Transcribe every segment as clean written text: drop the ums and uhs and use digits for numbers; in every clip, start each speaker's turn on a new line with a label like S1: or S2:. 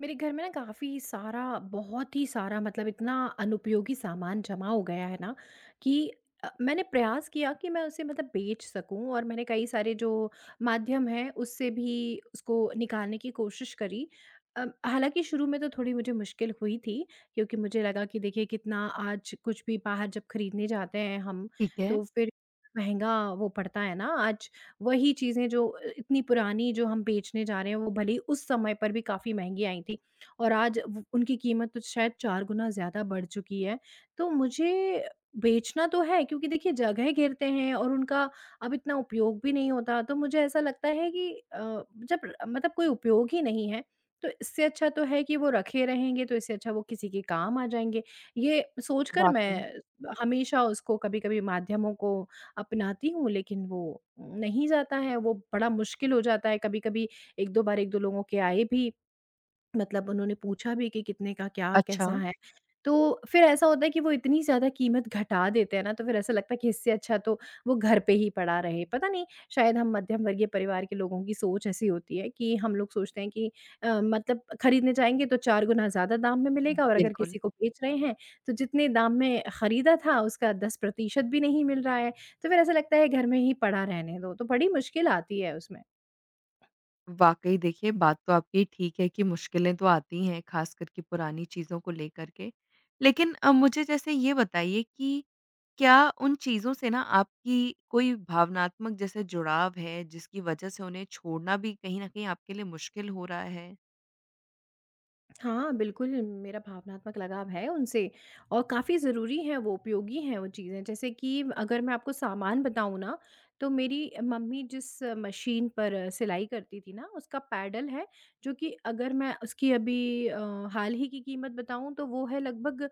S1: मेरे घर में ना काफ़ी सारा बहुत ही सारा मतलब इतना अनुपयोगी सामान जमा हो गया है ना कि मैंने प्रयास किया कि मैं उसे मतलब बेच सकूं, और मैंने कई सारे जो माध्यम हैं उससे भी उसको निकालने की कोशिश करी। हालांकि शुरू में तो थोड़ी मुझे मुश्किल हुई थी, क्योंकि मुझे लगा कि देखिए कितना आज कुछ भी बाहर जब खरीदने जाते हैं हम,
S2: ठीक है।
S1: तो फिर महंगा वो पड़ता है ना। आज वही चीज़ें जो इतनी पुरानी जो हम बेचने जा रहे हैं, वो भले ही उस समय पर भी काफ़ी महँगी आई थी, और आज व उनकी कीमत तो शायद 4 गुना ज़्यादा बढ़ चुकी है। तो मुझे बेचना तो है, क्योंकि देखिए जगह घेरते हैं और उनका अब इतना उपयोग भी नहीं होता। तो मुझे ऐसा लगता है कि जब मतलब कोई उपयोग ही नहीं है, तो इससे अच्छा तो है कि वो रखे रहेंगे तो इससे अच्छा वो किसी के काम आ जाएँगे। ये सोचकर
S2: वाक़ई।
S1: मैं हमेशा उसको कभी-कभी माध्यमों को अपनाती हूँ, लेकिन वो नहीं जाता है, वो बड़ा मुश्किल हो जाता है। कभी-कभी 1-2 बार 1-2 लोगों के आए भी, मतलब उन्होंने पूछा भी कि कितने का क्या
S2: अच्छा।
S1: कैसा है? तो फिर ऐसा होता है कि वो इतनी ज़्यादा कीमत घटा देते हैं ना, तो फिर ऐसा लगता है कि इससे अच्छा तो वो घर पे ही पड़ा रहे। पता नहीं, शायद हम मध्यम वर्गीय परिवार के लोगों की सोच ऐसी होती है कि हम लोग सोचते हैं कि मतलब खरीदने जाएँगे तो 4 गुना ज़्यादा दाम में मिलेगा, और अगर
S2: बिल्कुल।
S1: किसी को बेच रहे हैं तो जितने दाम में खरीदा था उसका 10% भी नहीं मिल रहा है। तो फिर ऐसा लगता है घर में ही पड़ा रहने दो, तो बड़ी मुश्किल आती है उसमें।
S2: वाक़ई देखिए बात तो आपकी ठीक है कि मुश्किलें तो आती हैं, ख़ास करके पुरानी चीज़ों को लेकर के। लेकिन मुझे जैसे ये बताइए कि क्या उन चीज़ों से ना आपकी कोई भावनात्मक जैसे जुड़ाव है, जिसकी वजह से उन्हें छोड़ना भी कहीं न कहीं आपके लिए मुश्किल हो रहा है?
S1: हाँ, बिल्कुल, मेरा भावनात्मक लगाव है उनसे, और काफ़ी ज़रूरी हैं वो, उपयोगी हैं वो चीज़ें। जैसे कि अगर मैं आपको सामान बताऊँ ना, तो मेरी मम्मी जिस मशीन पर सिलाई करती थी ना, उसका पैडल है, जो कि अगर मैं उसकी अभी हाल ही की कीमत बताऊँ, तो वो है लगभग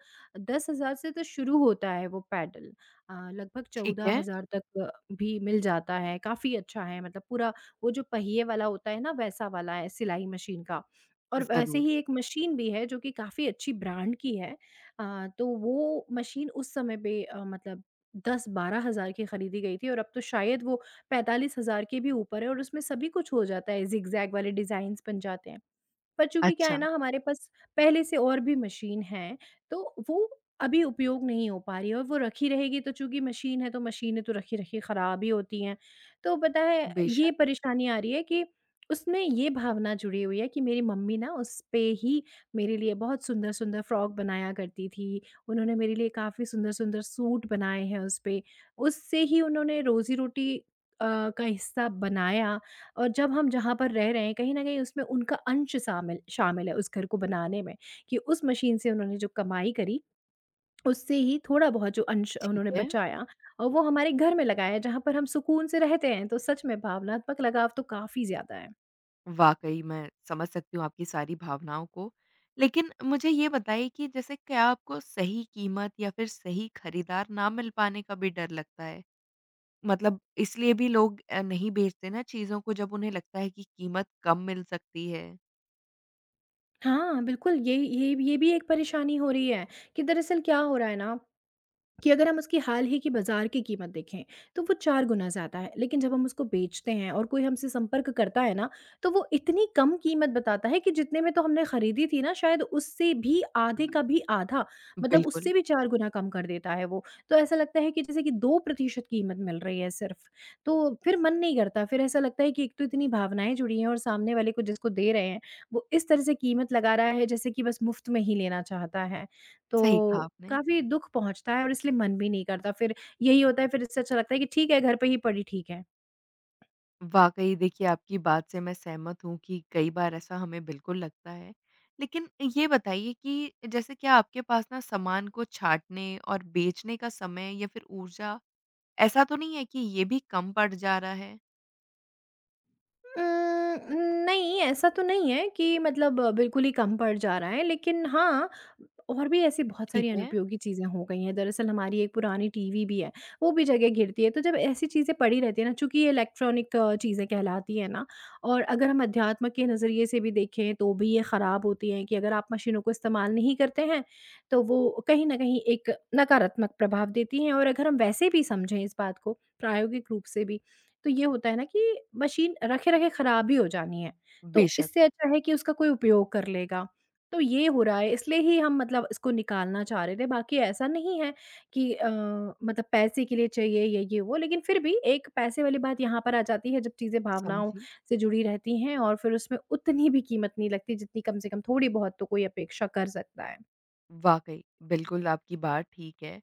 S1: 10,000 से तो शुरू होता है वो पैडल। लगभग
S2: ठीक है।
S1: 14,000 तक भी मिल जाता है, काफ़ी अच्छा है। मतलब पूरा वो जो पहिए वाला होता है ना, वैसा वाला है सिलाई मशीन का। और वैसे
S2: ज़रूर।
S1: ही एक मशीन भी है जो कि काफ़ी अच्छी ब्रांड की है। अ, तो वो मशीन उस समय पे मतलब 10-12 हज़ार की खरीदी गई थी, और अब तो शायद वो 45 हज़ार के भी ऊपर है, और उसमें सभी कुछ हो जाता है, ज़िग-ज़ैग वाले डिज़ाइन्स बन जाते हैं। पर चूँकि क्या है
S2: अच्छा।
S1: ना, हमारे पास पहले से और भी मशीन हैं, तो वो अभी उपयोग नहीं हो पा रही है, और वो रखी रहेगी तो चूँकि मशीन है तो मशीनें तो रखी-रखी ख़राब ही होती हैं। तो पता है ये
S2: बेशक।
S1: परेशानी आ रही है कि उसमें ये भावना जुड़ी हुई है कि मेरी मम्मी ना उस पे ही मेरे लिए बहुत सुंदर-सुंदर फ्रॉक बनाया करती थी। उन्होंने मेरे लिए काफ़ी सुंदर-सुंदर सूट बनाए हैं उस पे। उससे ही उन्होंने रोज़ी-रोटी अ, का हिस्सा बनाया, और जब हम जहाँ पर रह रहे हैं कहीं न कहीं उसमें उनका अंश शामिल शामिल है उस घर को बनाने में, कि उस मशीन से उन्होंने जो कमाई करी, उससे ही थोड़ा-बहुत जो अंश
S2: ठीक
S1: उन्होंने
S2: है।
S1: बचाया और वो हमारे घर में लगाया जहाँ पर हम सुकून से रहते हैं, तो सच में भावनात्मक लगाव तो काफ़ी ज़्यादा है।
S2: वाक़ई मैं समझ सकती हूँ आपकी सारी भावनाओं को। लेकिन मुझे ये बताइए कि जैसे क्या आपको सही कीमत या फिर सही खरीदार ना मिल पाने का भी डर लगता है? मतलब इसलिए भी लोग नहीं बेचते ना चीज़ों को जब उन्हें लगता है कि कीमत कम मिल सकती है।
S1: हाँ, बिल्कुल, ये भी एक परेशानी हो रही है, कि दरअसल क्या हो रहा है ना, कि अगर हम उसकी हाल ही की बाज़ार की कीमत देखें, तो वो 4 गुना ज़्यादा है। लेकिन जब हम उसको बेचते हैं और कोई हमसे संपर्क करता है ना, तो वो इतनी कम कीमत बताता है कि जितने में तो हमने खरीदी थी ना, शायद उससे भी आधे का भी आधा, मतलब
S2: बिल्कुल।
S1: उससे भी 4 गुना कम कर देता है वो। तो ऐसा लगता है कि जैसे कि 2% कीमत मिल रही है सिर्फ़। तो फिर मन नहीं करता, फिर ऐसा लगता है कि एक तो इतनी भावनाएँ जुड़ी हैं, और सामने वाले को जिसको दे रहे हैं, वो इस तरह से कीमत लगा रहा है जैसे कि बस मुफ़्त में ही लेना चाहता है।
S2: सही कहा
S1: तो
S2: आपने।
S1: काफ़ी दुःख पहुँचता है और इसलिए मन भी नहीं करता। फिर यही होता है, फिर इससे अच्छा लगता है कि ठीक है घर पे ही पड़ी ठीक है।
S2: वाक़ई देखिए आपकी बात से मैं सहमत हूँ कि कई बार ऐसा हमें बिल्कुल लगता है। लेकिन ये बताइए कि जैसे क्या आपके पास ना सामान को छाँटने और बेचने का समय या फिर ऊर्जा ऐसा तो नहीं है कि ये भी कम पड़ जा रहा है?
S1: उम, नहीं, ऐसा तो नहीं है कि मतलब बिल्कुल ही कम पड़ जा रहा है, लेकिन हाँ, और भी ऐसी बहुत
S2: ठीक
S1: सारी
S2: है।
S1: अनुपयोगी चीज़ें हो गई हैं। दरअसल हमारी एक पुरानी टीवी भी है, वो भी जगह घेरती है, तो जब ऐसी चीज़ें पड़ी रहती हैं ना, चूँकि ये इलेक्ट्रॉनिक चीज़ें कहलाती हैं ना, और अगर हम अध्यात्म के नज़रिए से भी देखें, तो भी ये ख़राब होती हैं कि अगर आप मशीनों को इस्तेमाल नहीं करते हैं, तो वो कहीं न कहीं एक नकारात्मक प्रभाव देती हैं, और अगर हम वैसे भी समझें इस बात को, प्रायोगिक रूप से भी, तो ये होता है ना कि मशीन रखे-रखे खराब ही हो जानी है, तो
S2: बेशक।
S1: इससे अच्छा है कि उसका कोई उपयोग कर लेगा। तो ये हो रहा है इसलिए ही हम मतलब इसको निकालना चाह रहे थे, बाकी ऐसा नहीं है कि मतलब पैसे के लिए चाहिए या ये वो, लेकिन फिर भी एक पैसे वाली बात यहाँ पर आ जाती है जब चीज़ें भावनाओं
S2: समझी।
S1: से जुड़ी रहती हैं, और फिर उसमें उतनी भी कीमत नहीं लगती जितनी कम से कम थोड़ी बहुत तो कोई अपेक्षा कर सकता है।
S2: वाक़ई, बिल्कुल आपकी बात ठीक है।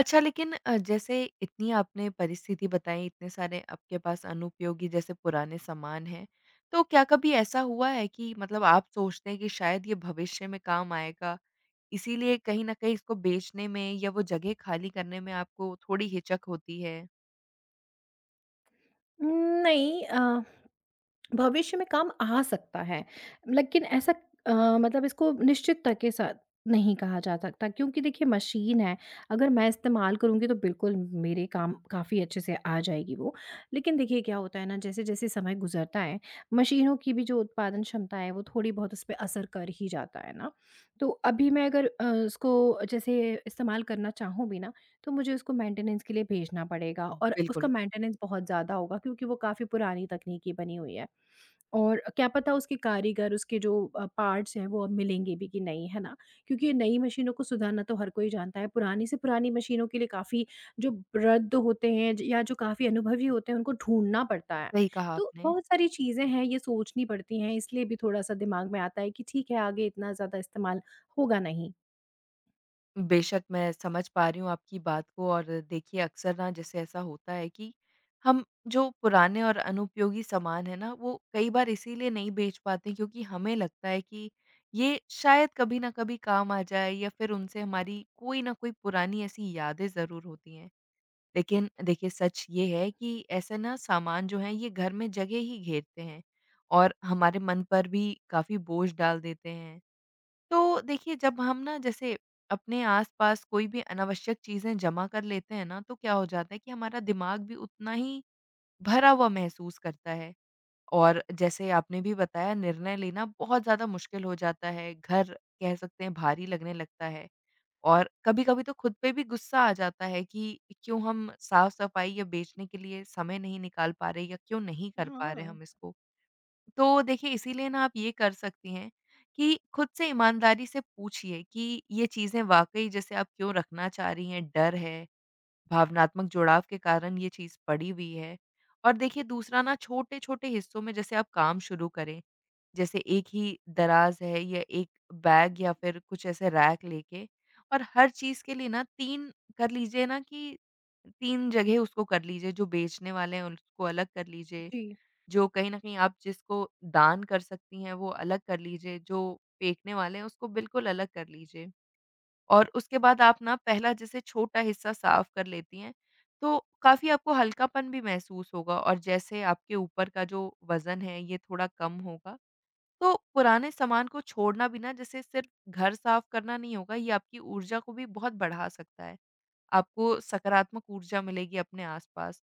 S2: अच्छा लेकिन जैसे इतनी आपने परिस्थिति बताई, इतने सारे आपके पास अनुपयोगी जैसे पुराने सामान हैं, तो क्या कभी ऐसा हुआ है कि मतलब आप सोचते हैं कि शायद ये भविष्य में काम आएगा, इसीलिए कहीं न कहीं इसको बेचने में या वो जगह खाली करने में आपको थोड़ी हिचक होती है?
S1: उम, नहीं भविष्य में काम आ सकता है। लेकिन ऐसा अ, मतलब इसको निश्चितता के साथ नहीं कहा जा सकता, क्योंकि देखिए मशीन है, अगर मैं इस्तेमाल करूँगी तो बिल्कुल मेरे काम काफ़ी अच्छे से आ जाएगी वो। लेकिन देखिए क्या होता है ना जैसे-जैसे समय गुज़रता है, मशीनों की भी जो उत्पादन क्षमता है वो थोड़ी बहुत उसपे असर कर ही जाता है ना। तो अभी मैं अगर उसको जैसे इस्तेमाल करना चाहूँ भी ना, तो मुझे उसको मेंटेनेंस के लिए भेजना पड़ेगा, और उसका
S2: बिल्कुल।
S1: मेंटेनेंस बहुत ज़्यादा होगा क्योंकि वो काफ़ी पुरानी तकनीकी बनी हुई है। और क्या पता उसके कारीगर, उसके जो पार्ट्स हैं वो अब मिलेंगे भी कि नहीं, है ना? क्योंकि ये नई मशीनों को सुधारना तो हर कोई जानता है, पुरानी से पुरानी मशीनों के लिए काफ़ी जो वृद्ध होते हैं ज या जो काफ़ी अनुभवी होते हैं, उनको ढूँढना पड़ता है।
S2: सही कहा
S1: तो
S2: आपने।
S1: बहुत सारी चीज़ें हैं, ये सोचनी पड़ती हैं, इसलिए भी थोड़ा-सा दिमाग में आता है कि ठीक है, आगे इतना ज़्यादा इस्तेमाल होगा नहीं।
S2: बेशक, मैं समझ पा रही हूँ आपकी बात को। और देखिए अक्सर ना जैसे ऐसा होता है कि हम जो पुराने और अनुपयोगी सामान है ना वो कई बार इसीलिए नहीं बेच पाते क्योंकि हमें लगता है कि ये शायद कभी ना कभी काम आ जाए या फिर उनसे हमारी कोई ना कोई पुरानी ऐसी यादें ज़रूर होती हैं। लेकिन देखिए सच ये है कि ऐसे ना सामान जो हैं ये घर में जगह ही घेरते हैं और हमारे मन पर भी काफ़ी बोझ डाल देते हैं। तो देखिए जब हम ना जैसे अपने आस-पास कोई भी अनावश्यक चीज़ें जमा कर लेते हैं ना, तो क्या हो जाता है कि हमारा दिमाग भी उतना ही भरा हुआ महसूस करता है। और जैसे आपने भी बताया निर्णय लेना बहुत ज़्यादा मुश्किल हो जाता है, घर कह सकते हैं भारी लगने लगता है। और कभी-कभी तो खुद पे भी गुस्सा आ जाता है कि क्यों हम साफ-सफाई या बेचने के लिए समय नहीं निकाल पा रहे या क्यों नहीं कर पा रहे
S1: हाँ।
S2: हम इसको। तो देखिए इसीलिए ना आप ये कर सकती हैं कि खुद से ईमानदारी से पूछिए कि ये चीज़ें वाक़ई जैसे आप क्यों रखना चाह रही हैं, डर है, भावनात्मक जुड़ाव के कारण ये चीज़ पड़ी हुई है। और देखिए दूसरा ना छोटे-छोटे हिस्सों में जैसे आप काम शुरू करें, जैसे एक ही दराज़ है या एक बैग या फिर कुछ ऐसे रैक लेके और हर चीज़ के लिए ना 3 कर लीजिए ना कि 3 जगह उसको कर लीजिए, जो बेचने वाले हैं उनको अलग कर लीजिए,
S1: जी।
S2: जो कहीं न कहीं आप जिसको दान कर सकती हैं, वो अलग कर लीजिए, जो फेंकने वाले हैं, उसको बिल्कुल अलग कर लीजिए। और उसके बाद आप ना पहला जैसे छोटा हिस्सा साफ कर लेती हैं, तो काफ़ी आपको हल्कापन भी महसूस होगा और जैसे आपके ऊपर का जो वज़न है, ये थोड़ा कम होगा। तो पुराने सामान को छोड़ना भी ना जैसे सिर्फ़ घर साफ करना नहीं होगा, ये आपकी ऊर्जा को भी बहुत बढ़ा सकता है। आपको सकारात्मक ऊर्जा मिलेगी अपने आस-पास।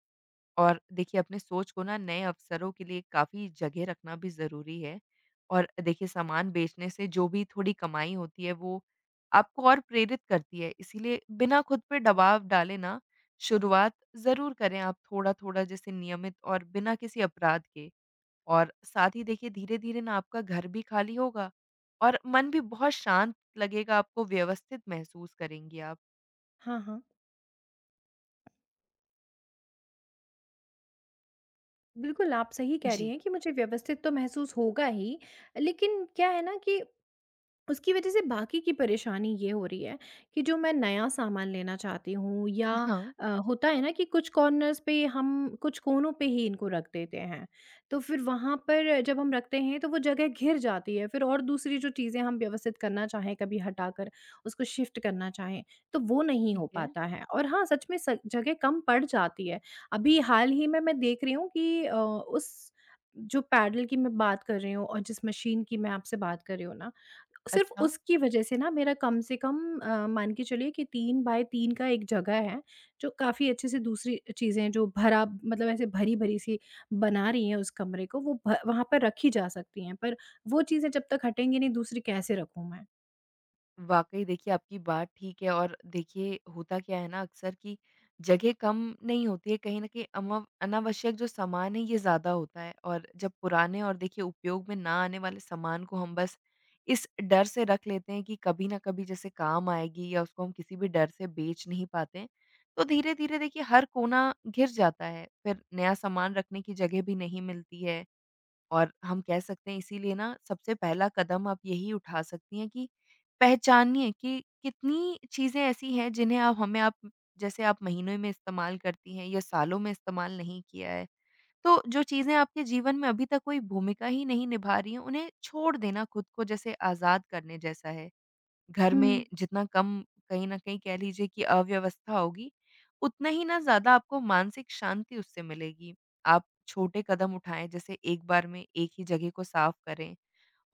S2: और देखिए अपने सोच को ना नए अवसरों के लिए काफ़ी जगह रखना भी ज़रूरी है। और देखिए सामान बेचने से जो भी थोड़ी कमाई होती है वो आपको और प्रेरित करती है। इसीलिए बिना खुद पे दबाव डाले ना शुरुआत ज़रूर करें आप थोड़ा-थोड़ा जैसे नियमित और बिना किसी अपराध के। और साथ ही देखिए धीरे-धीरे ना आपका घर भी खाली होगा और मन भी बहुत शांत लगेगा, आपको व्यवस्थित महसूस करेंगी आप।
S1: हाँ, हाँ। बिल्कुल, आप सही कह रही
S2: जी।
S1: हैं कि मुझे व्यवस्थित तो महसूस होगा ही, लेकिन क्या है ना कि उसकी वजह से बाकी की परेशानी ये हो रही है कि जो मैं नया सामान लेना चाहती हूँ या
S2: हाँ,
S1: होता है ना कि कुछ कॉर्नर्स पे हम कुछ कोनों पे ही इनको रख देते हैं, तो फिर वहाँ पर जब हम रखते हैं तो वो जगह घिर जाती है, फिर और दूसरी जो चीज़ें हम व्यवस्थित करना चाहें कभी हटाकर उसको शिफ्ट करना चाहें तो वो नहीं
S2: ठीक
S1: हो
S2: है।
S1: पाता है। और हाँ, सच में जगह कम पड़ जाती है। अभी हाल ही में मैं देख रही हूँ कि उस जो पैडल की मैं बात कर रही हूँ, और जिस मशीन की मैं आपसे बात कर रही हूँ ना, सिर्फ़
S2: अच्छा।
S1: उसकी वजह से ना मेरा कम से कम मान के चलिए कि 3 बाय 3 का एक जगह है, जो काफ़ी अच्छे से दूसरी चीज़ें जो भरा मतलब ऐसे भरी-भरी सी बना रही हैं उस कमरे को वो भ वहाँ पर रखी जा सकती हैं, पर वो चीज़ें जब तक हटेंगी नहीं दूसरी कैसे रखूँ मैं?
S2: वाक़ई देखिए, आपकी बात ठीक है। और देखिए होता क्या है ना अक्सर कि जगह कम नहीं होती है, कहीं न कहीं अमव अनावश्यक जो सामान है ये ज़्यादा होता है और जब पुराने और देखिए उपयोग में ना आने वाले सामान को हम बस इस डर से रख लेते हैं कि कभी न कभी जैसे काम आएगी या उसको हम किसी भी डर से बेच नहीं पाते हैं। तो धीरे-धीरे देखिए हर कोना घिर जाता है, फिर नया सामान रखने की जगह भी नहीं मिलती है और हम कह सकते हैं इसीलिए ना सबसे पहला कदम आप यही उठा सकती हैं कि पहचानिए कि कितनी चीज़ें ऐसी हैं जिन्हें आप जैसे आप महीनों में इस्तेमाल करती हैं या सालों में इस्तेमाल नहीं किया है। तो जो चीज़ें आपके जीवन में अभी तक कोई भूमिका ही नहीं निभा रही हैं, उन्हें छोड़ देना खुद को जैसे आज़ाद करने जैसा है। घर
S1: हुँ,
S2: में जितना कम कहीं न कहीं कह लीजिए कि अव्यवस्था होगी, उतना ही ना ज़्यादा आपको मानसिक शांति उससे मिलेगी। आप छोटे कदम उठाएँ जैसे एक बार में एक ही जगह को साफ करें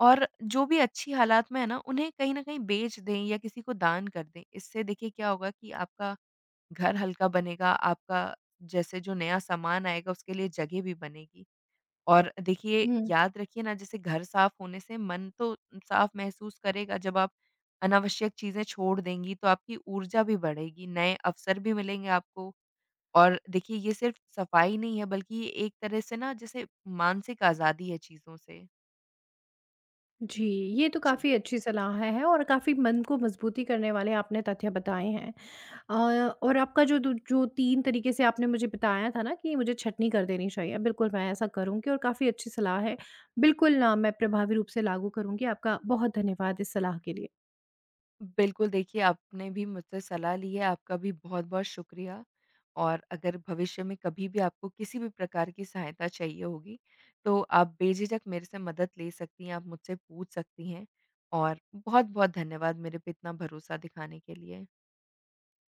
S2: और जो भी अच्छी हालात में है ना, उन्हें कहीं न कहीं बेच दें या किसी को दान कर दें। इससे देखिए क्या होगा कि आपका घर हल्का बनेगा, आपका जैसे जो नया सामान आएगा उसके लिए जगह भी बनेगी। और देखिए,
S1: हुँ।
S2: याद रखिए ना जैसे घर साफ होने से मन तो साफ महसूस करेगा जब आप अनावश्यक चीज़ें छोड़ देंगी तो आपकी ऊर्जा भी बढ़ेगी, नए अवसर भी मिलेंगे आपको। और देखिए ये सिर्फ सफाई नहीं है बल्कि ये एक तरह से ना जैसे मानसिक आज़ादी है चीज़ों से।
S1: जी, ये तो
S2: जी।
S1: काफ़ी अच्छी सलाह है, और काफ़ी मन को मजबूती करने वाले आपने तथ्य बताए हैं। अ, और आपका जो दू जो 3 तरीके से आपने मुझे बताया था ना कि मुझे छँटनी कर देनी चाहिए, बिल्कुल मैं ऐसा करूँगी और काफ़ी अच्छी सलाह है। बिल्कुल ना मैं प्रभावी रूप से लागू करूँगी। आपका बहुत धन्यवाद इस सलाह के लिए।
S2: बिल्कुल, देखिए आपने भी मुझसे सलाह ली है, आपका भी बहुत-बहुत शुक्रिया। और अगर भविष्य में कभी भी आपको किसी भी प्रकार की सहायता चाहिए होगी, तो आप बेझिझक मेरे से मदद ले सकती हैं, आप मुझसे पूछ सकती हैं। और बहुत-बहुत धन्यवाद मेरे पे इतना भरोसा दिखाने के लिए।